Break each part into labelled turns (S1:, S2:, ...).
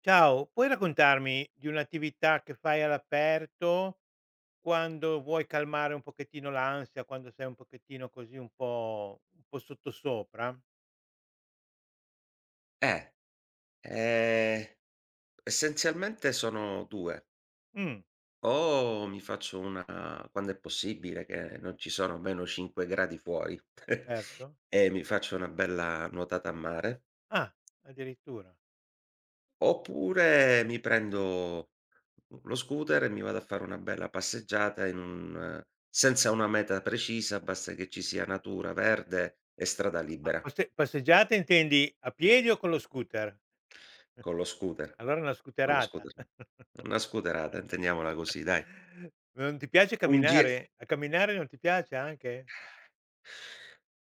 S1: Ciao, puoi raccontarmi di un'attività che fai all'aperto quando vuoi calmare un pochettino l'ansia, quando sei un pochettino così un po' sottosopra?
S2: Eh, ehm, essenzialmente sono 2:
S1: Mh,
S2: o mi faccio una quando è possibile che non ci sono meno 5 gradi fuori,
S1: certo.
S2: e mi faccio una bella nuotata a mare,
S1: Ah, addirittura.
S2: oppure mi prendo lo scooter e mi vado a fare una bella passeggiata in un senza una meta precisa, basta che ci sia natura, verde e strada
S1: Ma
S2: libera
S1: passeggiata intendi a piedi o con lo scooter?
S2: con lo scooter.
S1: Allora una
S2: con lo
S1: scooterata.
S2: scooter. Una scooterata intendiamola così, dai.
S1: Non ti piace
S2: Un gi
S1: camminare? A camminare non ti piace anche?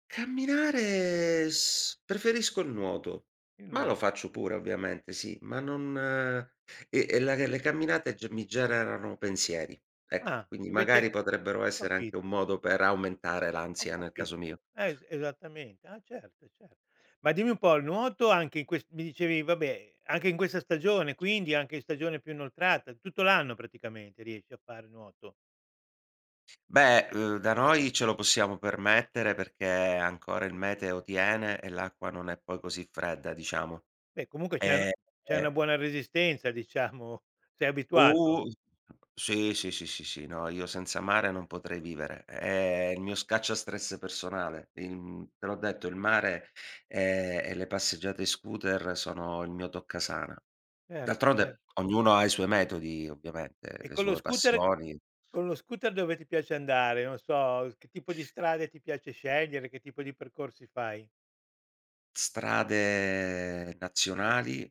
S2: Camminare s Preferisco il nuoto,
S1: Il
S2: ma lo
S1: nuo
S2: faccio pure ovviamente, sì, ma non la le camminate ge mi generano pensieri, ecco,
S1: Ah,
S2: quindi
S1: invece
S2: magari potrebbero
S1: ho
S2: essere anche un
S1: capito.
S2: modo per aumentare
S1: Ho
S2: l'ansia nel caso
S1: capito.
S2: mio.
S1: Es Esattamente. Ah certo, cer Ma dimmi un po', il nuoto anche in ques mi dicevi, vabbè, anche in questa stagione, quindi anche in stagione più inoltrata, tutto l'anno praticamente riesci a fare nuoto.
S2: Beh, da noi ce lo possiamo permettere perché ancora il meteo tiene e l'acqua non è poi così fredda, diciamo.
S1: Beh, comunque
S2: Ehm
S1: c'è una buona resistenza, diciamo, sei abituato.
S2: Uh, sì, sì, sì, sì, sì, no, io senza mare non potrei vivere. È il mio scacciastress personale. Il Te l'ho detto, il mare, e le passeggiate in scooter sono il mio toccasana. Mh.
S1: Certo, cer
S2: D'altronde ognuno ha i suoi metodi ovviamente,
S1: E
S2: le
S1: con lo
S2: sue, mh,
S1: scooter
S2: passioni.
S1: con lo scooter dove ti piace andare? Non so, che tipo di strade ti piace scegliere, che tipo di percorsi fai?
S2: Strade nazionali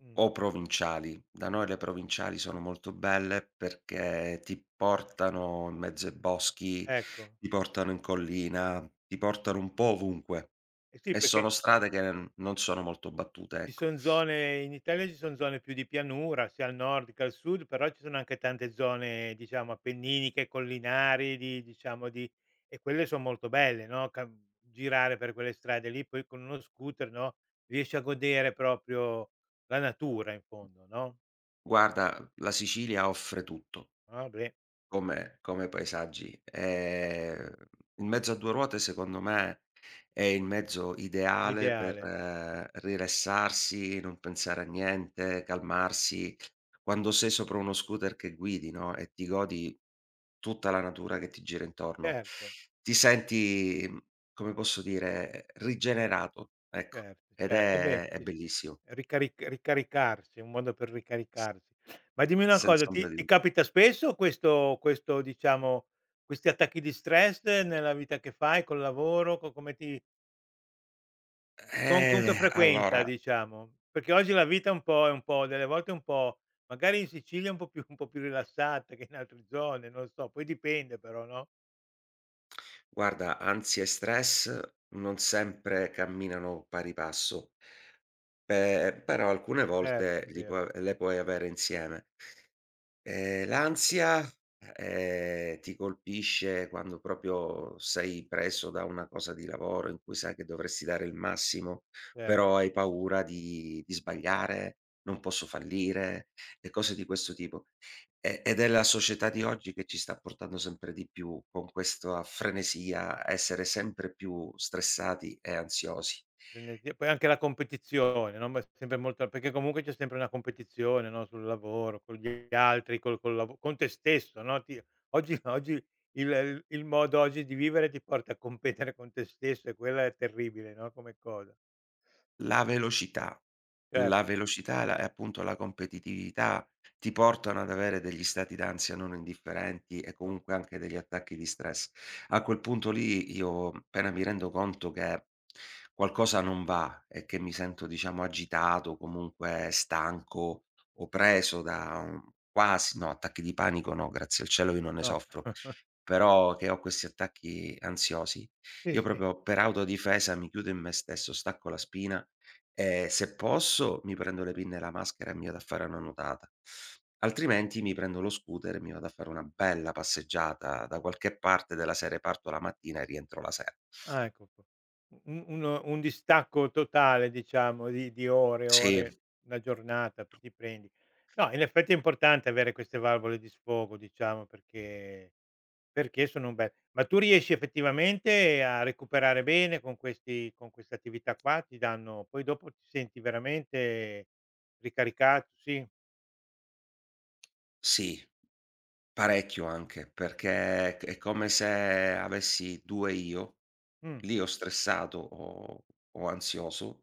S1: Mh,
S2: o provinciali. Da noi le provinciali sono molto belle perché ti portano in mezzo ai boschi,
S1: ecco.
S2: ti portano in collina, ti portano un po' ovunque
S1: Eh sì,
S2: e sono
S1: perché
S2: strade che non sono molto battute, ecco.
S1: Ci son zone più di pianura, sia al nord che al sud, però ci sono anche tante zone, diciamo, appenniniche, collinari, di. E quelle son molto belle, no, cam girare per quelle strade lì, poi con uno scooter, no, riesci a godere proprio la natura in fondo, no.
S2: Guarda, la Sicilia offre tutto.
S1: Ah beh,
S2: Come paesaggi. Il mezzo a 2 ruote secondo me è il mezzo ideale per
S1: l'ideale.
S2: rilassarsi, non pensare a niente, calmarsi. Quando sei sopra uno scooter che guidi, no, e ti godi tutta la natura che ti gira intorno,
S1: Certo.
S2: ti senti, come posso dire, rigenerato, ecco,
S1: Certo,
S2: ed
S1: ce eh beh,
S2: è
S1: sì, sì.
S2: bellissimo.
S1: Ricaricarsi, è un modo per
S2: S
S1: ricaricarsi. Ma dimmi una cosa,
S2: Senza ombra
S1: ti
S2: di
S1: ti
S2: dubbio.
S1: capita spesso questo questo diciamo questi attacchi di stress nella vita che fai, col lavoro, co come ti con che
S2: Eh,
S1: frequenza,
S2: allora
S1: diciamo? Perché oggi la vita è un po', delle volte è un po', magari in Sicilia è un po' più un po' più rilassata che in altre zone, non lo so, poi dipende, però, no?
S2: Guarda, ansia e stress non sempre camminano pari passo, pe però alcune
S1: Certo,
S2: volte
S1: è
S2: li
S1: vero,
S2: puoi, le puoi avere insieme. L'ansia, ti colpisce quando proprio sei preso da una cosa di lavoro in cui sai che dovresti dare il massimo,
S1: cer
S2: però hai paura di sbagliare, "non posso fallire" e cose di questo tipo. Ed è la società di oggi che ci sta portando sempre di più con questa frenesia a essere sempre più stressati e ansiosi.
S1: Frenesia, poi anche la competizione, no, ma è sempre molto, perché comunque c'è sempre una competizione, no, sul lavoro, con gli altri, col col lav con te stesso, no, ti oggi oggi il modo oggi di vivere ti porta a competere con te stesso, e quella è terribile, no, come cosa.
S2: La velocità,
S1: Certo,
S2: la velocità e la e appunto la competitività ti portano ad avere degli stati d'ansia non indifferenti e
S1: no,
S2: comunque anche degli attacchi di stress. A quel punto lì, io appena mi rendo conto che qualcosa non va e che mi sento, diciamo, agitato, comunque stanco o preso da un quasi, no, attacchi di panico, no, grazie al cielo io non ne
S1: no.
S2: soffro, però che ho questi attacchi ansiosi,
S1: Sì,
S2: io
S1: sì.
S2: proprio per autodifesa mi chiudo in me stesso, stacco la spina. Se posso mi prendo le pinne e la maschera e mi vado a fare una nuotata, altrimenti mi prendo lo scooter e mi vado a fare una bella passeggiata da qualche parte, della serie: parto la mattina e rientro la sera.
S1: Ah, ecco qua. U un uno un distacco totale, diciamo, di ore,
S2: Sì,
S1: ore, una giornata p ti prendi. No, in effetti è importante avere queste valvole di sfogo, diciamo, perché sono un bel ma tu riesci effettivamente a recuperare bene con questi con queste attività qua? Ti danno, poi dopo ti senti veramente ricaricato, sì?
S2: sì, parecchio anche, perché è come se avessi 2 io:
S1: Mh,
S2: l'io stressato o ansioso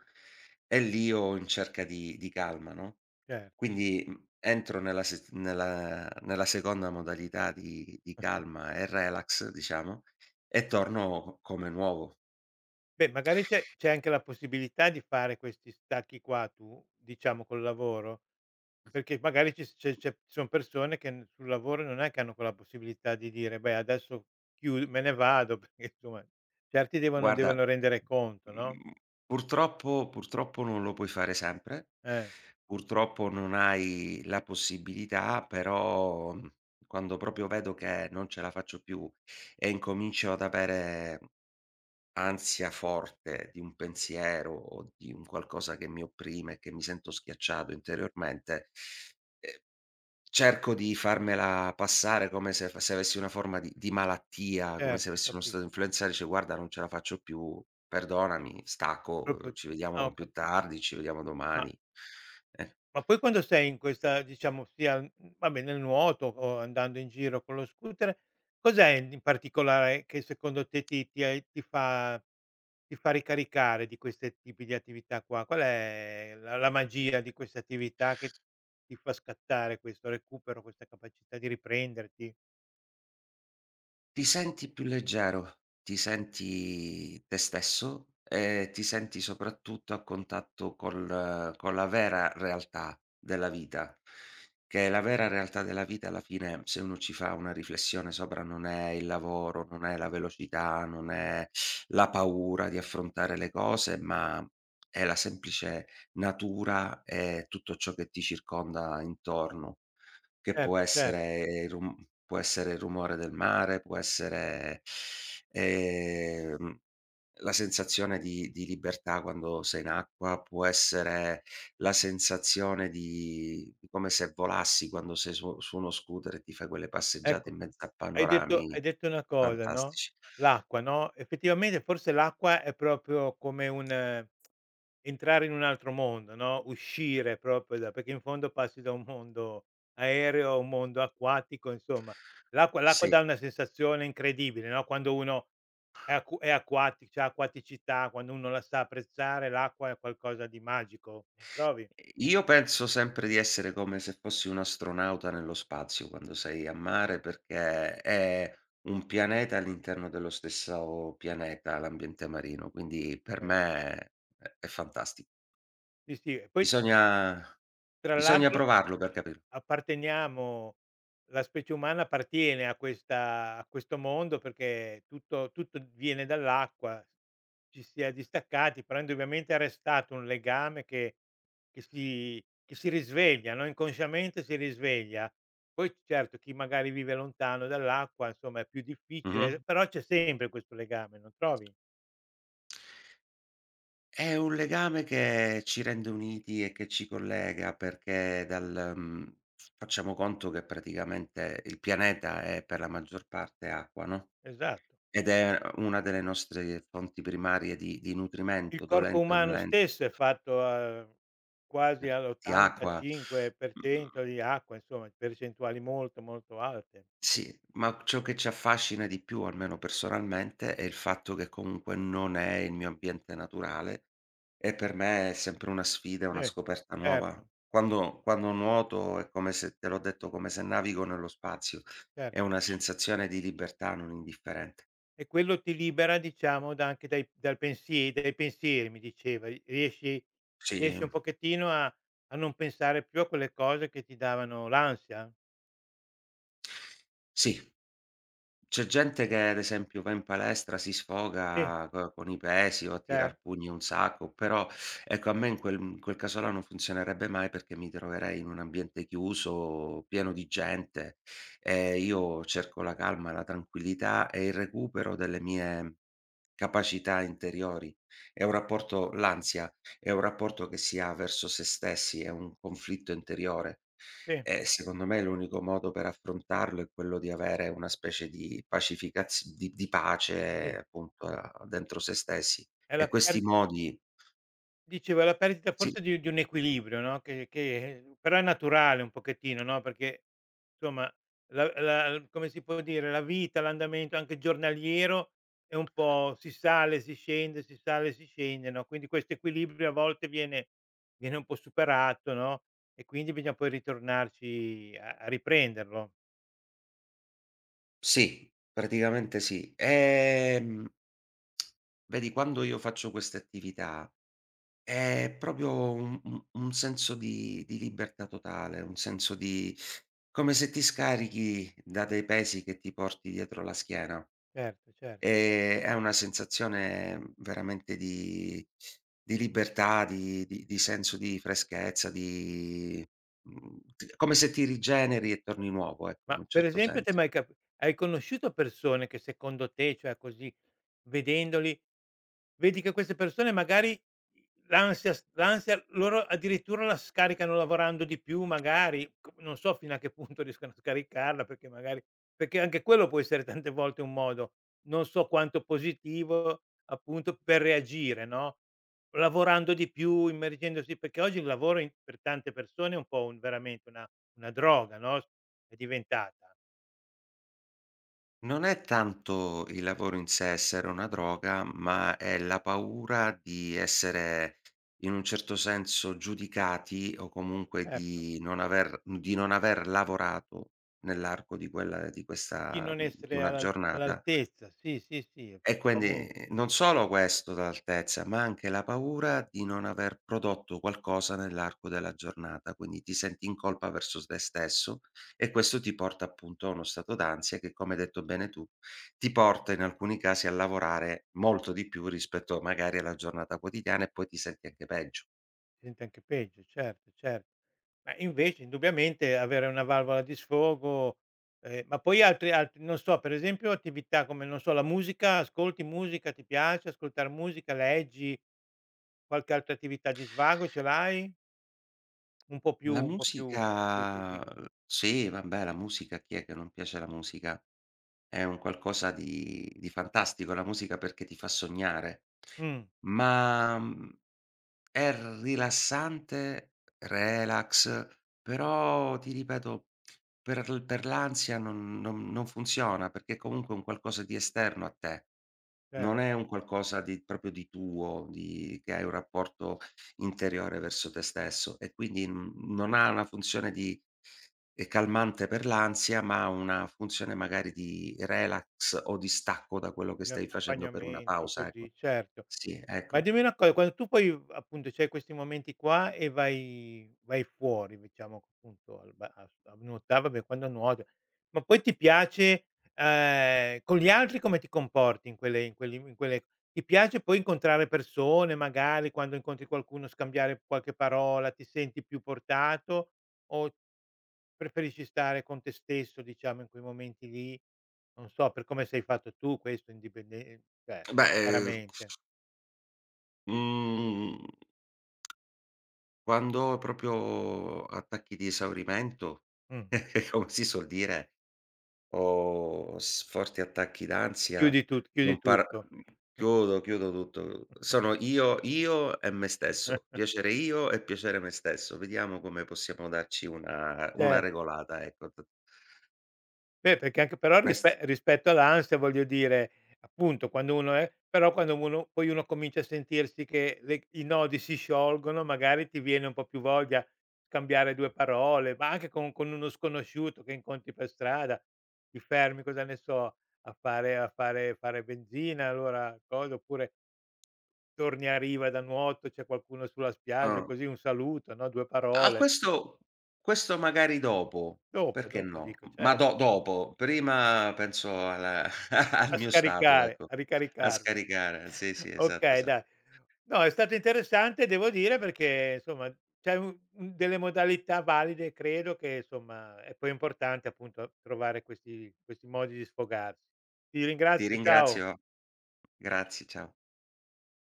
S2: e l'io in cerca di calma, no?
S1: certo.
S2: Quindi, entro nella se nella nella seconda modalità di calma e relax, diciamo, e torno come nuovo.
S1: Beh, magari c'è anche la possibilità di fare questi stacchi qua tu, diciamo, col lavoro? Perché magari ci s c'è c'è son persone che n sul lavoro non è che hanno quella possibilità di dire: "Beh, adesso chiu me ne vado", perché, insomma, certi devono
S2: Guarda,
S1: devono rendere conto, no?
S2: mhmm, purtroppo non lo puoi fare sempre,
S1: Eh,
S2: purtroppo non hai la possibilità, però, quando proprio vedo che non ce la faccio più e incomincio ad avere ansia forte di un pensiero o di un qualcosa che mi opprime, che mi sento schiacciato interiormente, ehm, cerco di farmela passare come se avessi una forma di malattia, come se
S1: certo, ho
S2: avessi uno
S1: capi
S2: stato influenzale, dice: "guarda, non ce la faccio più, perdonami, stacco,
S1: proprio
S2: ci
S1: ah, ho
S2: vediamo più
S1: capi
S2: tardi, ci vediamo
S1: ma
S2: domani." Eh.
S1: ma poi quando sei in questa, diciamo, sia, vabbè, nel nuoto o andando in giro con lo scooter, cos'è in particolare che secondo te ti fa ricaricare di queste tipi di attività qua? Qual è la magia di queste attività che ti fa scattare questo recupero, questa capacità di riprenderti?
S2: Ti senti più leggero, ti senti te stesso e ti senti soprattutto a contatto col con la vera realtà della vita, che la vera realtà della vita alla fine, se uno ci fa una riflessione sopra, non è il lavoro, non è la velocità, non è la paura di affrontare le cose, ma è la semplice natura e tutto ciò che ti circonda intorno. Che
S1: Certo,
S2: può
S1: cer
S2: essere il rum Può essere il rumore del mare, può essere, ehm, la sensazione di libertà quando sei in acqua, può essere la sensazione di come se volassi quando sei su uno scooter e ti fai quelle passeggiate
S1: Ecco,
S2: in mezzo a
S1: hai detto
S2: panorami
S1: hai detto una cosa, no,
S2: fantastici.
S1: l'acqua, no, effettivamente forse l'acqua è proprio come un entrare in un altro mondo, no, uscire proprio da, perché in fondo passi da un mondo aereo a un mondo acquatico, insomma. L'acqua
S2: Sì.
S1: dà una sensazione incredibile, no, quando uno è acqu è acquati c'ha acquaticità, quando uno la sa apprezzare l'acqua è qualcosa di magico, non trovi?
S2: Io penso sempre di essere come se fossi un astronauta nello spazio quando sei a mare, perché è un pianeta all'interno dello stesso pianeta, l'ambiente marino, quindi per
S1: Eh,
S2: me è fantastico.
S1: sì, sì. E poi t
S2: Bisogna
S1: tra
S2: bisogna
S1: l'altro,
S2: provarlo per capirlo.
S1: apparteniamo la specie umana appartiene a questa a questo mondo, perché tutto viene dall'acqua, ci si è distaccati, però indubbiamente è restato un legame che si risveglia, no, inconsciamente si risveglia. Poi certo chi magari vive lontano dall'acqua, insomma, è più
S2: Mh-mh.
S1: difficile, però c'è sempre questo legame, non trovi?
S2: È un legame che ci rende uniti e che ci collega perché dal, facciamo conto che praticamente il pianeta è per la maggior parte acqua, no?
S1: Esatto.
S2: Ed è una delle nostre fonti primarie di
S1: Il
S2: nutrimento,
S1: corpo
S2: dolente o
S1: umano
S2: nolente,
S1: stesso è fatto a quasi
S2: eh, di acqua. Mhmm,
S1: all'85% di acqua, insomma, percentuali molto, molto alte.
S2: sì, ma ciò che ci affascina di più, almeno personalmente, è il fatto che comunque non è il mio ambiente naturale e per me è sempre una sfida, una
S1: Eh,
S2: scoperta nuova.
S1: certo,
S2: Quando nuoto è come se, te l'ho detto, come se navigo nello spazio.
S1: cer
S2: È una sensazione di libertà non indifferente.
S1: E quello ti libera, diciamo, da anche dai pensieri, mi dicevi. riesci
S2: Sì,
S1: riesci un pochettino a non pensare più a quelle cose che ti davano l'ansia?
S2: sì. C'è gente che ad esempio va in palestra, si
S1: Sì,
S2: sfoga co con i pesi o a
S1: cer
S2: tirar pugni un sacco, però ecco, a me in quel caso là non funzionerebbe mai perché mi troverei in un ambiente chiuso, pieno di gente, e io cerco la calma, la tranquillità e il recupero delle mie capacità interiori. È un rapporto L'ansia è un rapporto che si ha verso se stessi, è un conflitto interiore.
S1: sì,
S2: Secondo me l'unico modo per affrontarlo è quello di avere una specie di pacificaz di pace
S1: sì.
S2: appunto a dentro se stessi
S1: È
S2: e
S1: la
S2: questi
S1: per
S2: modi
S1: Dicevo, la perdita
S2: sì,
S1: forse di un equilibrio, no, che però è naturale un pochettino, no, perché, insomma, la la, come si può dire, la vita, l'andamento anche giornaliero è un po', si sale, si scende, si sale, si scende, no, quindi questo equilibrio a volte viene un po' superato, no, e quindi bisogna poi ritornarci a riprenderlo.
S2: sì, praticamente sì. Vedi, quando io faccio queste attività è proprio un senso di libertà totale, un senso di come se ti scarichi da dei pesi che ti porti dietro la schiena.
S1: Certo, cer
S2: È una sensazione veramente di libertà, di senso di freschezza, di, mhmm, t come se ti rigeneri e torni nuovo, ecco, in
S1: Ma
S2: un
S1: per
S2: certo
S1: esempio ti è
S2: senso.
S1: mai cap hai conosciuto persone che secondo te, cioè così, vedendoli, vedi che queste persone magari l'ansia loro addirittura la scaricano lavorando di più, magari, c non so fino a che punto riescono a scaricarla, perché anche quello può essere tante volte un modo, non so quanto positivo, appunto, per reagire, no, lavorando di più, immergendosi, perché oggi il lavoro in per tante persone è un po' un veramente una droga, no? È diventata,
S2: Non è tanto il lavoro in sé essere una droga, ma è la paura di essere in un certo senso giudicati o comunque
S1: certo.
S2: di non aver lavorato nell'arco di
S1: Di
S2: questa,
S1: non
S2: di
S1: essere
S2: una giornata.
S1: all'altezza, sì, sì, sì,
S2: E
S1: effettivamente,
S2: quindi non solo questo l'altezza, ma anche la paura di non aver prodotto qualcosa nell'arco della giornata, quindi ti senti in colpa verso s te stesso e questo ti porta appunto a uno stato d'ansia che, come hai detto bene tu, ti porta in alcuni casi a lavorare molto di più rispetto magari alla giornata quotidiana e poi ti senti anche peggio.
S1: si sente anche peggio, certo, cer Ma invece indubbiamente avere una valvola di sfogo, ma poi altri, non so, per esempio attività come, non so, la musica, ascolti musica, ti piace ascoltar musica, leggi, qualche altra attività di svago ce l'hai? Un po' più,
S2: La
S1: un po' più, un po' più così.
S2: musica, sì, vabbè, la musica a chi è che non piace la musica? È un qualcosa di fantastico la musica perché ti fa sognare,
S1: Mh,
S2: ma, è rilassante, relax, però ti ripeto, per l'ansia non funziona, perché comunque è un qualcosa di esterno a te. Non
S1: certo,
S2: è un qualcosa di proprio di tuo, di che hai un rapporto interiore verso te stesso e quindi, non ha una funzione di, è calmante per l'ansia, ma ha una funzione magari di relax o di stacco da quello che
S1: di
S2: stai facendo per una
S1: accompagnamento
S2: pausa, ecco.
S1: così, certo.
S2: Sì,
S1: Ma
S2: ecco.
S1: dimmi una cosa, quando tu poi appunto c'hai questi momenti qua e vai fuori, diciamo, appunto al ba a a nuotare, vabbè, quando nuoti, ma poi ti piace, con gli altri come ti comporti in quelle, ti piace poi incontrare persone magari, quando incontri qualcuno, scambiare qualche parola, ti senti più portato o preferisci stare con te stesso, diciamo, in quei momenti lì? Non so, per come sei fatto tu questo indipende cioè,
S2: Beh,
S1: chiaramente.
S2: mhmm, quando proprio attacchi di esaurimento,
S1: Mh.
S2: come si suol dire, ho s forti attacchi d'ansia,
S1: Chiudi
S2: non par
S1: tutto.
S2: mhmm, chiudo, chiudo tutto. Sono io e me stesso, piacere io e piacere me stesso. Vediamo come possiamo darci una
S1: Cer
S2: regolata, ecco. T
S1: Beh, perché anche, però,
S2: quest
S1: rispetto all'ansia, voglio dire, appunto, quando uno è però quando uno poi uno comincia a sentirsi che le i nodi si sciolgono, magari ti viene un po' più voglia scambiare due parole, ma anche con uno sconosciuto che incontri per strada, ti fermi, cosa ne so, a fare, fare benzina, allora cosa, oppure torni a riva da nuoto, c'è qualcuno sulla spiaggia,
S2: uhm,
S1: così un saluto, no, due
S2: ah,
S1: parole.
S2: questo magari dopo,
S1: Dopo,
S2: perché
S1: dopo
S2: no?
S1: dico,
S2: Ma
S1: cer
S2: do dopo, prima penso alla, al
S1: A
S2: mio stato,
S1: scaricare,
S2: ecco,
S1: a
S2: a
S1: ricaricarmi.
S2: scaricare. Sì, sì, esatto,
S1: Okay,
S2: esa
S1: dai. No, è stato interessante, devo dire, perché, insomma, c'è un delle modalità valide, credo, che, insomma, è poi importante, appunto, trovare questi modi di sfogarsi. Ti
S2: ti
S1: ringrazio, ciao.
S2: ringrazio. Grazie, ciao.